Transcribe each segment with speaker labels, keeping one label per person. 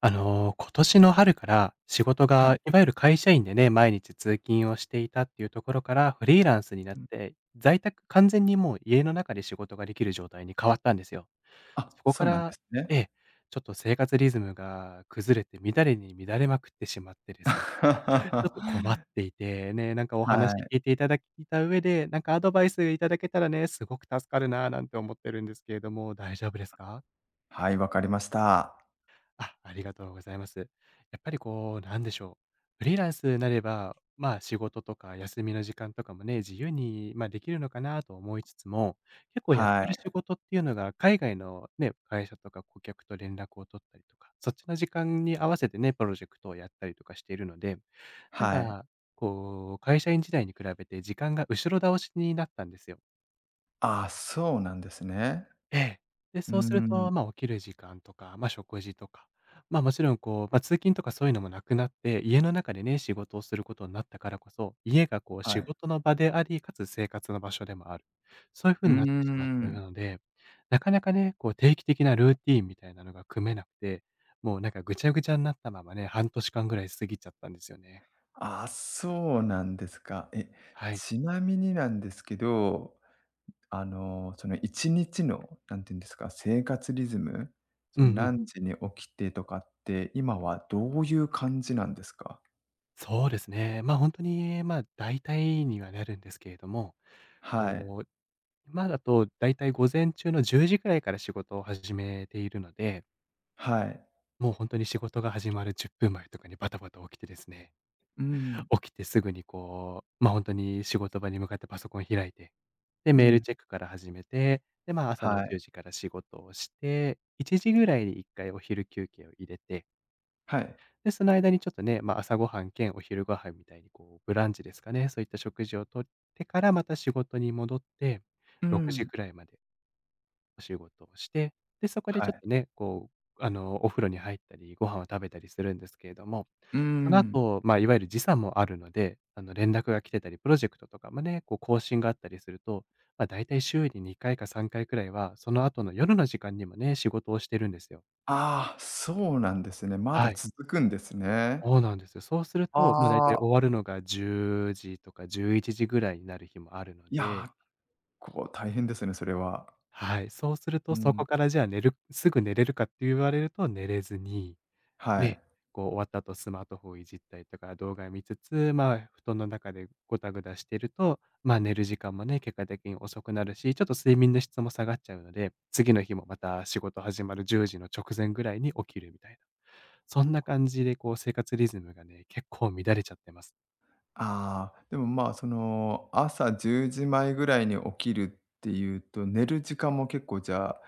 Speaker 1: 今年の春から仕事
Speaker 2: は
Speaker 1: が
Speaker 2: い。
Speaker 1: いわゆる会社員でね、毎日通勤をしていたっていうところからフリーランスになっ
Speaker 2: うん。
Speaker 1: て、在宅完全にもう家の中で仕事ができる状態に変わったんですよ。
Speaker 2: あ、
Speaker 1: そこ
Speaker 2: そ
Speaker 1: か
Speaker 2: うなんで
Speaker 1: ら、
Speaker 2: す
Speaker 1: え
Speaker 2: ね。
Speaker 1: え、ちょっと生活リズムが崩れて乱れに乱れまくってしまってですね、ちょっと困って いて、ね、なんかお
Speaker 2: は
Speaker 1: 話
Speaker 2: い。
Speaker 1: 聞いていただいた上で、なんかアドバイスいただけたらね、すごく助かるなぁなんて思ってるんですけれども、大丈夫ですか？
Speaker 2: はい、わかりました。
Speaker 1: あ、ありがとうございます。やっぱりこう、なんでしょう。フリーランスになれば、まあ仕事とか休みの時間とかもね、自由に、まあ、できるのかなと思いつつも、結構やっ
Speaker 2: は
Speaker 1: てる
Speaker 2: い。
Speaker 1: 仕事っていうのが、海外のね、会社とか顧客と連絡を取ったりとか、そっちの時間に合わせてね、プロジェクトをやったりとかしているので、なん
Speaker 2: はい。
Speaker 1: か、こう、会社員時代に比べて時間が後ろ倒しになったんですよ。
Speaker 2: あ、そうなんですね。
Speaker 1: ええ。で、
Speaker 2: うー
Speaker 1: そうする
Speaker 2: ん、
Speaker 1: と、まあ、起きる時間とか、まあ、食事とか、まあ、もちろんこう、まあ、通勤とかそういうのもなくなって、家の中でね、仕事をすることになったからこそ、家がこう
Speaker 2: は
Speaker 1: 仕
Speaker 2: い。
Speaker 1: 事の場であり、かつ生活の場所でもある。そういう
Speaker 2: う
Speaker 1: 風
Speaker 2: ー
Speaker 1: になってしまっている
Speaker 2: ん。
Speaker 1: ので、なかなかね、こう定期的なルーティーンみたいなのが組めなくて、もうなんかぐちゃぐちゃになったままね、半年間ぐらい過ぎちゃったんですよね。
Speaker 2: あ、そうなんですか。え、
Speaker 1: はい。
Speaker 2: ちなみになんですけど、あの、その1日の、なんていうんですか、生活リズム、
Speaker 1: う
Speaker 2: そ
Speaker 1: んう
Speaker 2: の
Speaker 1: ん。
Speaker 2: 何時に起きてとかって、今はどういう感じなんですか？
Speaker 1: そうですね。本当に、大体にはなるんですけれども、
Speaker 2: はい。
Speaker 1: こう今だとだいたい午前中の10時くらいから仕事を始めているので、
Speaker 2: はい。
Speaker 1: もう本当に仕事が始まる10分前とかにバタバタ起きてですね、
Speaker 2: うん、
Speaker 1: 起きてすぐにこう、本当に仕事場に向かってパソコン開いて、で、
Speaker 2: う
Speaker 1: メール
Speaker 2: ん。
Speaker 1: チェックから始めて、で、ま、朝の
Speaker 2: は
Speaker 1: 10
Speaker 2: い。
Speaker 1: 時から仕事をして、1時ぐらいに1回お昼休憩を入れて、
Speaker 2: はい。
Speaker 1: で、その間にちょっとね、ま、朝ごはん兼お昼ご飯みたいにこうブランチですかね、そういった食事をとってからまた仕事に戻って、
Speaker 2: う
Speaker 1: 6時
Speaker 2: ん。
Speaker 1: くらいまでお仕事をして、で、そこで
Speaker 2: は
Speaker 1: ちょっ
Speaker 2: い。
Speaker 1: とね、こう、お風呂に入ったり、ご飯を食べたりするんですけれども、
Speaker 2: うー
Speaker 1: その
Speaker 2: ん。
Speaker 1: 後、まあ、いわゆる時差もあるので、連絡が来てたり、プロジェクトとかもね、こう更新があったりすると、まあ、だいたい週に2回か3回くらいは、その後の夜の時間にもね、仕事をしてるんですよ。
Speaker 2: ああ、そうなんですね。まだ
Speaker 1: はい。
Speaker 2: 続くんですね。
Speaker 1: そうなんですよ。そうすると、まあ、だい
Speaker 2: あ
Speaker 1: たい終
Speaker 2: あ、
Speaker 1: わるのが10時とか11時ぐらいになる日もあるの
Speaker 2: い
Speaker 1: で、
Speaker 2: や、こう大変ですね、それは。
Speaker 1: はい、そうする
Speaker 2: う
Speaker 1: とそ
Speaker 2: ん。
Speaker 1: こからじゃあ寝れるかって言われると寝れずに
Speaker 2: はい。
Speaker 1: ね、こう終わった後スマートフォンをいじったりとか、動画見つつ、まあ、布団の中でゴタゴタしてると、まあ、寝る時間もね、結果的に遅くなるし、ちょっと睡眠の質も下がっちゃうので、次の日もまた仕事始まる10時の直前ぐらいに起きるみたいな。そんな感じでこう生活リズムがね、結構乱れちゃってます。
Speaker 2: ああ、でも、まあ、その、朝10時前ぐらいに起きるっていうと、寝る時間も結構じゃあ、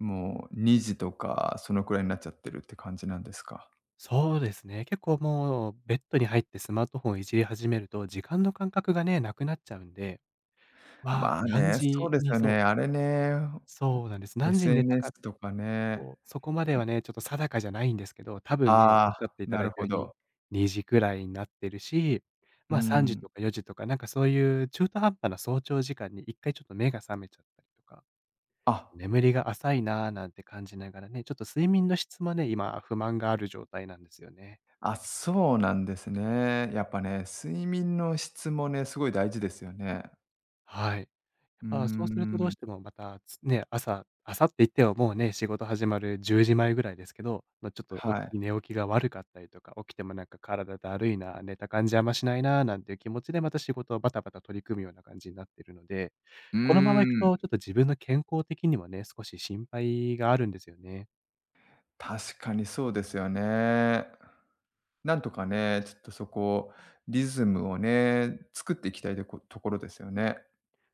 Speaker 2: もう2時とかそのくらいになっちゃってるって感じなんですか？
Speaker 1: そうですね。結構もうベッドに入ってスマートフォンをいじり始めると、時間の感覚がね、なくなっちゃうんで、まあ、
Speaker 2: まあ
Speaker 1: 何
Speaker 2: ね、そう
Speaker 1: 時
Speaker 2: です
Speaker 1: に
Speaker 2: よ
Speaker 1: そ
Speaker 2: ね。
Speaker 1: う、
Speaker 2: あれね、
Speaker 1: そうなんです。何時に寝た
Speaker 2: SNS
Speaker 1: か
Speaker 2: とかね。
Speaker 1: こう、そこまではね、ちょっと定かじゃないんですけど、多
Speaker 2: あ
Speaker 1: 分ね、おっしゃっ
Speaker 2: あ、
Speaker 1: ていた
Speaker 2: な
Speaker 1: だ
Speaker 2: る
Speaker 1: いた
Speaker 2: ほ
Speaker 1: ように、
Speaker 2: ど。
Speaker 1: 2時くらいになってるし、
Speaker 2: う
Speaker 1: まあ、3時
Speaker 2: ん。
Speaker 1: とか4時とか、なんかそういう中途半端な早朝時間に1回ちょっと目が覚めちゃったりとか、
Speaker 2: あ
Speaker 1: 眠りが浅いなーなんて感じながらね、ちょっと睡眠の質もね、今不満がある状態なんですよね。
Speaker 2: あ、そうなんですね。やっぱね、睡眠の質もね、すごい大事ですよね。
Speaker 1: はい。やっ
Speaker 2: うー
Speaker 1: ぱそうするとどう
Speaker 2: ん、
Speaker 1: してもまた、朝って言ってももうね、仕事始まる10時前ぐらいですけど、ま、ちょっと
Speaker 2: はい。
Speaker 1: 寝起きが悪かったりとか、起きてもなんか体だるいな、寝た感じあんましないな、なんていう気持ちでまた仕事をバタバタ取り組むような感じになってるので、
Speaker 2: うー
Speaker 1: このままいく
Speaker 2: ん、
Speaker 1: とちょっと自分の健康的にもね、少し心配があるんですよね。
Speaker 2: 確かにそうですよね。なんとかね、ちょっとそこ、リズムをね、作っていきたいところですよね。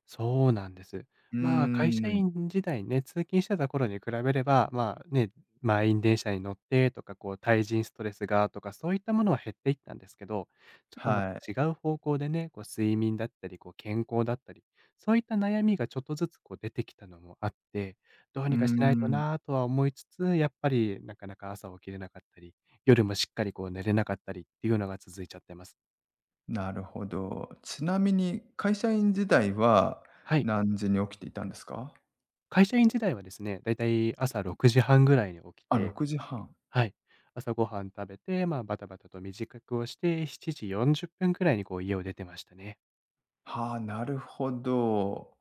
Speaker 1: そうなんです。
Speaker 2: うー
Speaker 1: まあ、会社
Speaker 2: ん、
Speaker 1: 員時代ね、通勤してた頃に比べれば、まあ、ね、満員電車に乗ってとか、こう、対人ストレスがとか、そういったものは減っていったんですけど、ちょっとまた
Speaker 2: は
Speaker 1: 違
Speaker 2: い。
Speaker 1: う方向でね、こう、睡眠だったり、こう、健康だったり、そういった悩みがちょっとずつこう出てきたのもあって、どう
Speaker 2: うー
Speaker 1: にかしないと
Speaker 2: ん、
Speaker 1: なぁとは思いつつ、やっぱりなかなか朝起きれなかったり、夜もしっかりこう寝れなかったりっていうのが続いちゃってます。
Speaker 2: なるほど。ちなみに会社員時代は
Speaker 1: はい。
Speaker 2: 何時に起きていたんですか？
Speaker 1: 会社員時代はですね、だいたい朝6時半ぐらいに起き
Speaker 2: あ、
Speaker 1: て、
Speaker 2: 6時半。
Speaker 1: はい。朝ごはん食べて、まあ、バタバタと身支度をして、7時40分くらいにこう家を出てましたね。
Speaker 2: はあ、なるほど。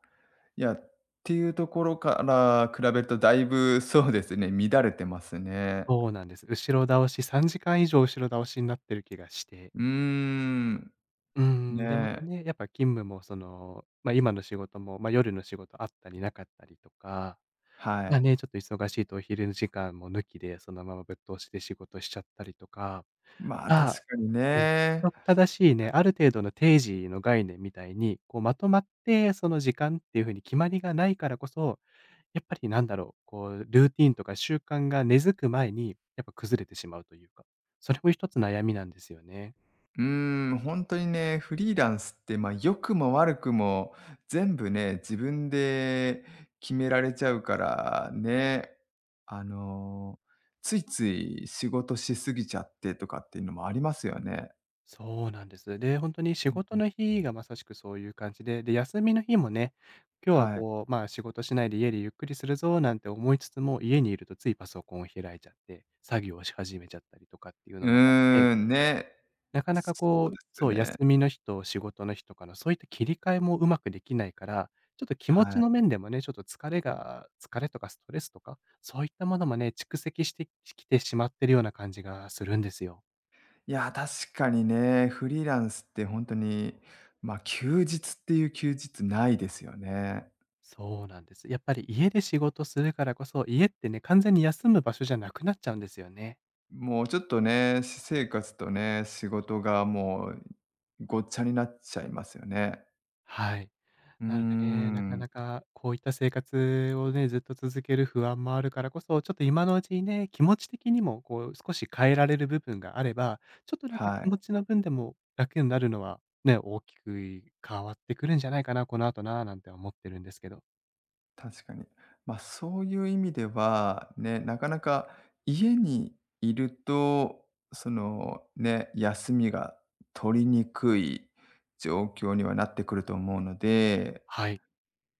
Speaker 2: いや、っていうところから比べるとだいぶそうですね、乱れてますね。
Speaker 1: そうなんです。後ろ倒し、3時間以上後ろ倒しになってる気がして。
Speaker 2: うーん。
Speaker 1: うーん、で、また
Speaker 2: ね、
Speaker 1: ね、やっぱ勤務もその、まあ、今の仕事も、まあ、夜の仕事あったりなかったりとか、
Speaker 2: は
Speaker 1: まあ
Speaker 2: い。
Speaker 1: ね、ちょっと忙しいとお昼の時間も抜きで、そのままぶっ通しで仕事しちゃったりとか、
Speaker 2: まあ、
Speaker 1: まあ
Speaker 2: 確かに
Speaker 1: うん、規
Speaker 2: ね。
Speaker 1: 則正しいね、ある程度の定時の概念みたいに、こうまとまって、その時間っていう風に決まりがないからこそ、やっぱりなんだろう、こうルーティンとか習慣が根付く前に、やっぱ崩れてしまうというか、それも一つ悩みなんですよね。
Speaker 2: うーん、ほんとにね、フリーランスって、ま、良くも悪くも全部ね、自分で決められちゃうからね。あの、ついつい仕事しすぎちゃってとかっていうのもありますよね。
Speaker 1: そうなんです。で、ほんとに仕
Speaker 2: うんう
Speaker 1: 事
Speaker 2: ん。
Speaker 1: の日がまさしくそういう感じで、で、休みの日もね、今日は
Speaker 2: はい。
Speaker 1: こう、まあ、仕事しないで家でゆっくりするぞなんて思いつつも、家にいるとついパソコンを開いちゃって、作業をし始めちゃったりとかっていう
Speaker 2: う
Speaker 1: のもあって
Speaker 2: ーん、ね。
Speaker 1: なかなか
Speaker 2: そう
Speaker 1: こ
Speaker 2: で
Speaker 1: う、
Speaker 2: す
Speaker 1: そう、休
Speaker 2: ね。
Speaker 1: みの日と仕事の日とかのそういった切り替えもうまくできないから、ちょっと気持
Speaker 2: は
Speaker 1: ちの
Speaker 2: い。
Speaker 1: 面でもね、ちょっと疲れとかストレスとか、そういったものもね、蓄積してきてしまってるような感じがするんですよ。
Speaker 2: いや、確かにね、フリーランスって本当に、まあ、休日っていう休日ないですよね。
Speaker 1: そうなんです。やっぱり家で仕事するからこそ、家ってね、完全に休む場所じゃなくなっちゃうんですよね。
Speaker 2: もうちょっとね、私生活とね、仕事がもうごっちゃになっちゃいますよね。
Speaker 1: はい。
Speaker 2: うー
Speaker 1: なんかね、なか
Speaker 2: ん、
Speaker 1: なかこういった生活をね、ずっと続ける不安もあるからこそ、ちょっと今のうちにね、気持ち的にもこう少し変えられる部分があれば、ちょっとなんか気
Speaker 2: はい、
Speaker 1: 持ちの分でも楽になるのはね、大きく変わってくるんじゃないかな、この後な、なんて思ってるんですけど。
Speaker 2: 確かに。まあ、そういう意味では、ね、なかなか家にいると、その、ね、休みが取りにくい状況にはなってくると思うので
Speaker 1: はい。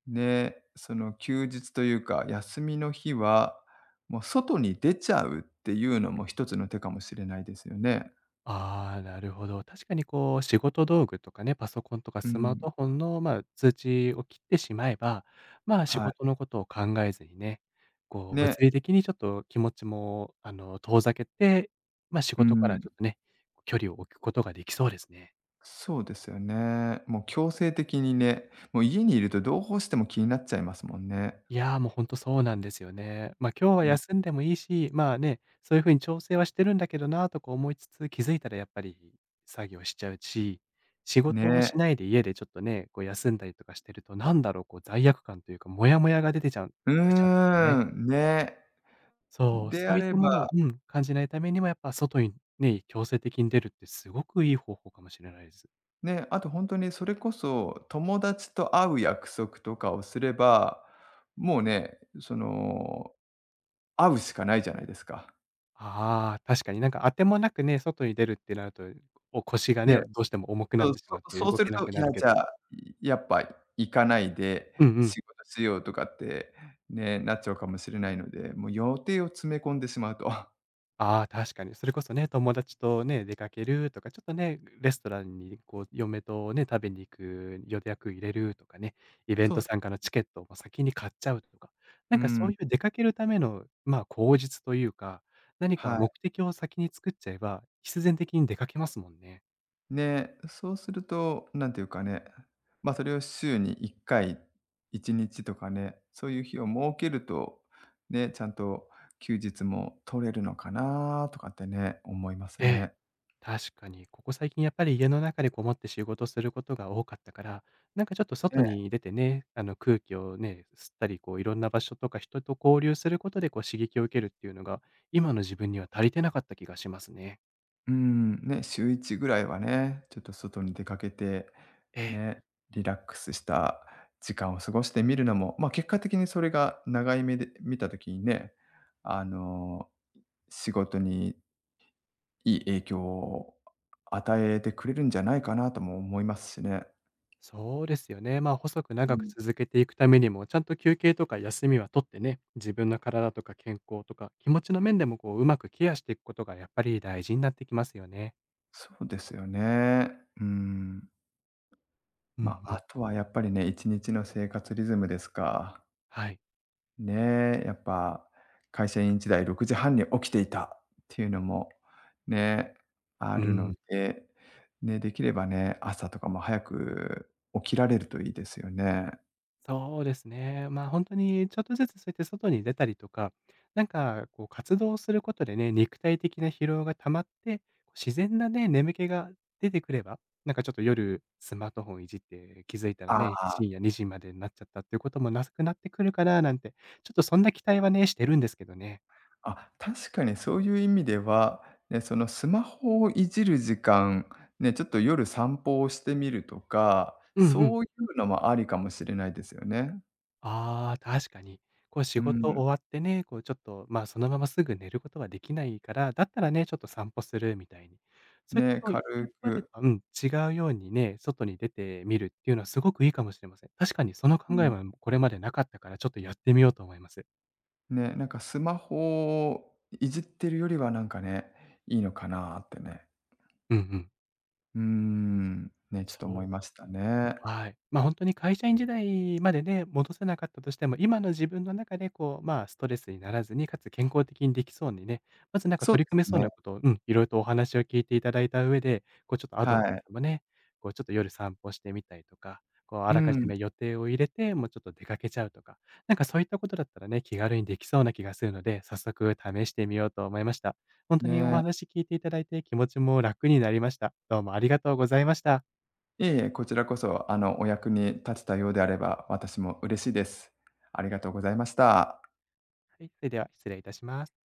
Speaker 2: で、その休日というか、休みの日は、もう外に出ちゃうっていうのも一つの手かもしれないですよね。
Speaker 1: ああ、なるほど。確かにこう、仕事道具とかね、パソコンとか
Speaker 2: う
Speaker 1: スマー
Speaker 2: ん。
Speaker 1: トフォンの、通知を切ってしまえば、まあ、仕
Speaker 2: は
Speaker 1: 事
Speaker 2: い。
Speaker 1: のことを考えずにね、こう、
Speaker 2: ね。
Speaker 1: 物理的にちょっと気持ちも、遠ざけて、まあ、仕
Speaker 2: う
Speaker 1: 事からち
Speaker 2: ん。
Speaker 1: ょっとね、距離を置くことができそうですね。
Speaker 2: そうですよね。もう強制的にね、もう家にいるとどうしても気になっちゃいますもんね。
Speaker 1: いや、もう本当そうなんですよね。ま、あ今日は
Speaker 2: うん。
Speaker 1: 休んでもいいし、まあね、そういう風に調整はしてるんだけどなとか思いつつ、気づいたらやっぱり作業しちゃうし、仕事をし
Speaker 2: ね。
Speaker 1: ないで家でちょっとね、こう休んだりとかしてると、なんだろう、こう罪悪感というか、モヤモヤが
Speaker 2: う
Speaker 1: 出ちゃうんですよね。
Speaker 2: ーん、ね。
Speaker 1: そう、
Speaker 2: で
Speaker 1: そ
Speaker 2: あ
Speaker 1: ういっ
Speaker 2: れ
Speaker 1: たもの
Speaker 2: ば、
Speaker 1: をうん、感じないためにもやっぱ外にね、強制的に出るってすごくいい方法かもしれないです。
Speaker 2: ね、あと本当にそれこそ、友達と会う約束とかをすれば、もうね、その会うしかないじゃないですか。
Speaker 1: ああ、確かになんか当てもなくね、外に出るってなると、お腰がね、
Speaker 2: ね、
Speaker 1: どうしても重くな
Speaker 2: そ
Speaker 1: っ
Speaker 2: う、
Speaker 1: てし
Speaker 2: そ
Speaker 1: まって
Speaker 2: そう
Speaker 1: 動
Speaker 2: する
Speaker 1: けな
Speaker 2: と、
Speaker 1: く
Speaker 2: い
Speaker 1: な
Speaker 2: や、
Speaker 1: るけ
Speaker 2: じゃ
Speaker 1: ど、
Speaker 2: あ、やっぱ行かないで
Speaker 1: うんうん。
Speaker 2: 仕事しようとかって、ね、なっちゃうかもしれないので、もう予定を詰め込んでしまうと。
Speaker 1: ああ、確かに。それこそね、友達とね、出かけるとか、ちょっとね、レストランにこう、嫁とね、食べに行く予約入れるとかね、イベン
Speaker 2: そう
Speaker 1: ト
Speaker 2: そ
Speaker 1: 参加のチケットをもう先に買っちゃうとか、
Speaker 2: う。
Speaker 1: な
Speaker 2: う
Speaker 1: んかそ
Speaker 2: ん、
Speaker 1: ういう出かけるための、まあ、口実というか、何か
Speaker 2: は
Speaker 1: 目
Speaker 2: い。
Speaker 1: 的を先に作っちゃえば、必然的に出かけますもんね。
Speaker 2: ね、そうすると、なんていうかね、ま、それを週に1回、1日とかね、そういう日を設けると、ね、ちゃんと休日も取れるのかなとかってね、思います
Speaker 1: ええ。
Speaker 2: ね。
Speaker 1: 確かに、ここ最近やっぱり家の中でこもって仕事することが多かったから、なんかちょっと
Speaker 2: え
Speaker 1: 外
Speaker 2: え。
Speaker 1: に出てね、あの空気をね、吸ったり、こういろんな場所とか人と交流することでこう刺激を受けるっていうのが、今の自分には足りてなかった気がしますね。
Speaker 2: うん、ね、週1ぐらいはね、ちょっと外に出かけて、
Speaker 1: ええ。
Speaker 2: ね、リラックスした時間を過ごしてみるのも、ま、結果的にそれが長い目で見たときにね、あの、仕事にいい影響を与えてくれるんじゃないかなとも思いますしね。
Speaker 1: そうですよね。まあ細く
Speaker 2: う
Speaker 1: 長く
Speaker 2: ん。
Speaker 1: 続けていくためにも、ちゃんと休憩とか休みは取ってね、自分の体とか健康とか気持ちの面でもこううまくケアしていくことがやっぱり大事になってきますよね。
Speaker 2: そうですよね。うん。
Speaker 1: うん
Speaker 2: ま、あ
Speaker 1: う
Speaker 2: あ
Speaker 1: ん。
Speaker 2: とはやっぱりね、1日の生活リズムですか。
Speaker 1: はい。
Speaker 2: ねえ、やっぱ会社員時代6時半に起きていたっていうのもね、あ
Speaker 1: う
Speaker 2: るの
Speaker 1: ん。
Speaker 2: で、ね、できればね、朝とかも早く起きられるといいですよね。
Speaker 1: そうですね。まあ、本当にちょっとずつそうやって外に出たりとか、なんかこう活動することでね、肉体的な疲労が溜まって、こう自然なね、眠気が出てくれば、なんかちょっと夜スマートフォンいじって気づいたら
Speaker 2: あ
Speaker 1: ね、
Speaker 2: あ、
Speaker 1: 深夜2時までになっちゃったっていうこともなくなってくるかななんて、ちょっとそんな期待はね、してるんですけどね。
Speaker 2: あ、確かにそういう意味では、ね、そのスマホをいじる時間、ね、ちょっと夜散歩をしてみるとか、
Speaker 1: うんうん。
Speaker 2: そういうのもありかもしれないですよね。
Speaker 1: ああ、確かに。こう
Speaker 2: う
Speaker 1: 仕事
Speaker 2: ん、
Speaker 1: 終わってね、こうちょっと、まあ、そのまますぐ寝ることはできないから、だったらね、ちょっと散歩するみたいに。そういった
Speaker 2: ね、
Speaker 1: こう、
Speaker 2: 軽
Speaker 1: まで
Speaker 2: く。
Speaker 1: と、うん、違うようにね、外に出てみるっていうのはすごくいいかもしれません。確かにその
Speaker 2: う
Speaker 1: 考え
Speaker 2: ん。
Speaker 1: はこれまでなかったから、ちょっとやってみようと思います。
Speaker 2: ね、なんかスマホをいじってるよりはなんかね、いいのかなってね。
Speaker 1: うんうん。
Speaker 2: うーん、ね、ちょっと思
Speaker 1: そ
Speaker 2: い
Speaker 1: うで
Speaker 2: ました
Speaker 1: すね。
Speaker 2: ね。
Speaker 1: はい。ま、あ本当に会社員時代までね、戻せなかったとしても、今の自分の中でこう、まあ、ストレスにならずに、かつ健康的にできそうにね、まずなんか
Speaker 2: そう
Speaker 1: 取り
Speaker 2: です
Speaker 1: 組めそうな
Speaker 2: ね。
Speaker 1: ことを、うん、いろいろとお話を聞いていただいた上で、こうちょっとアドバイ
Speaker 2: はい。
Speaker 1: スもね、こうちょっと夜散歩してみたりとか、こうあ
Speaker 2: う
Speaker 1: らかじ
Speaker 2: ん。
Speaker 1: め予定を入れて、もうちょっと出かけちゃうとか、なんかそういったことだったらね、気軽にできそうな気がするので、早速試してみようと思いました。本当にお
Speaker 2: ね。
Speaker 1: 話聞いていただいて、気持ちも楽になりました。どうもありがとうございました。
Speaker 2: いえいえ、こちらこそあの、お役に立てたようであれば、私も嬉しいです。ありがとうございました。
Speaker 1: はい、それでは失礼いたします。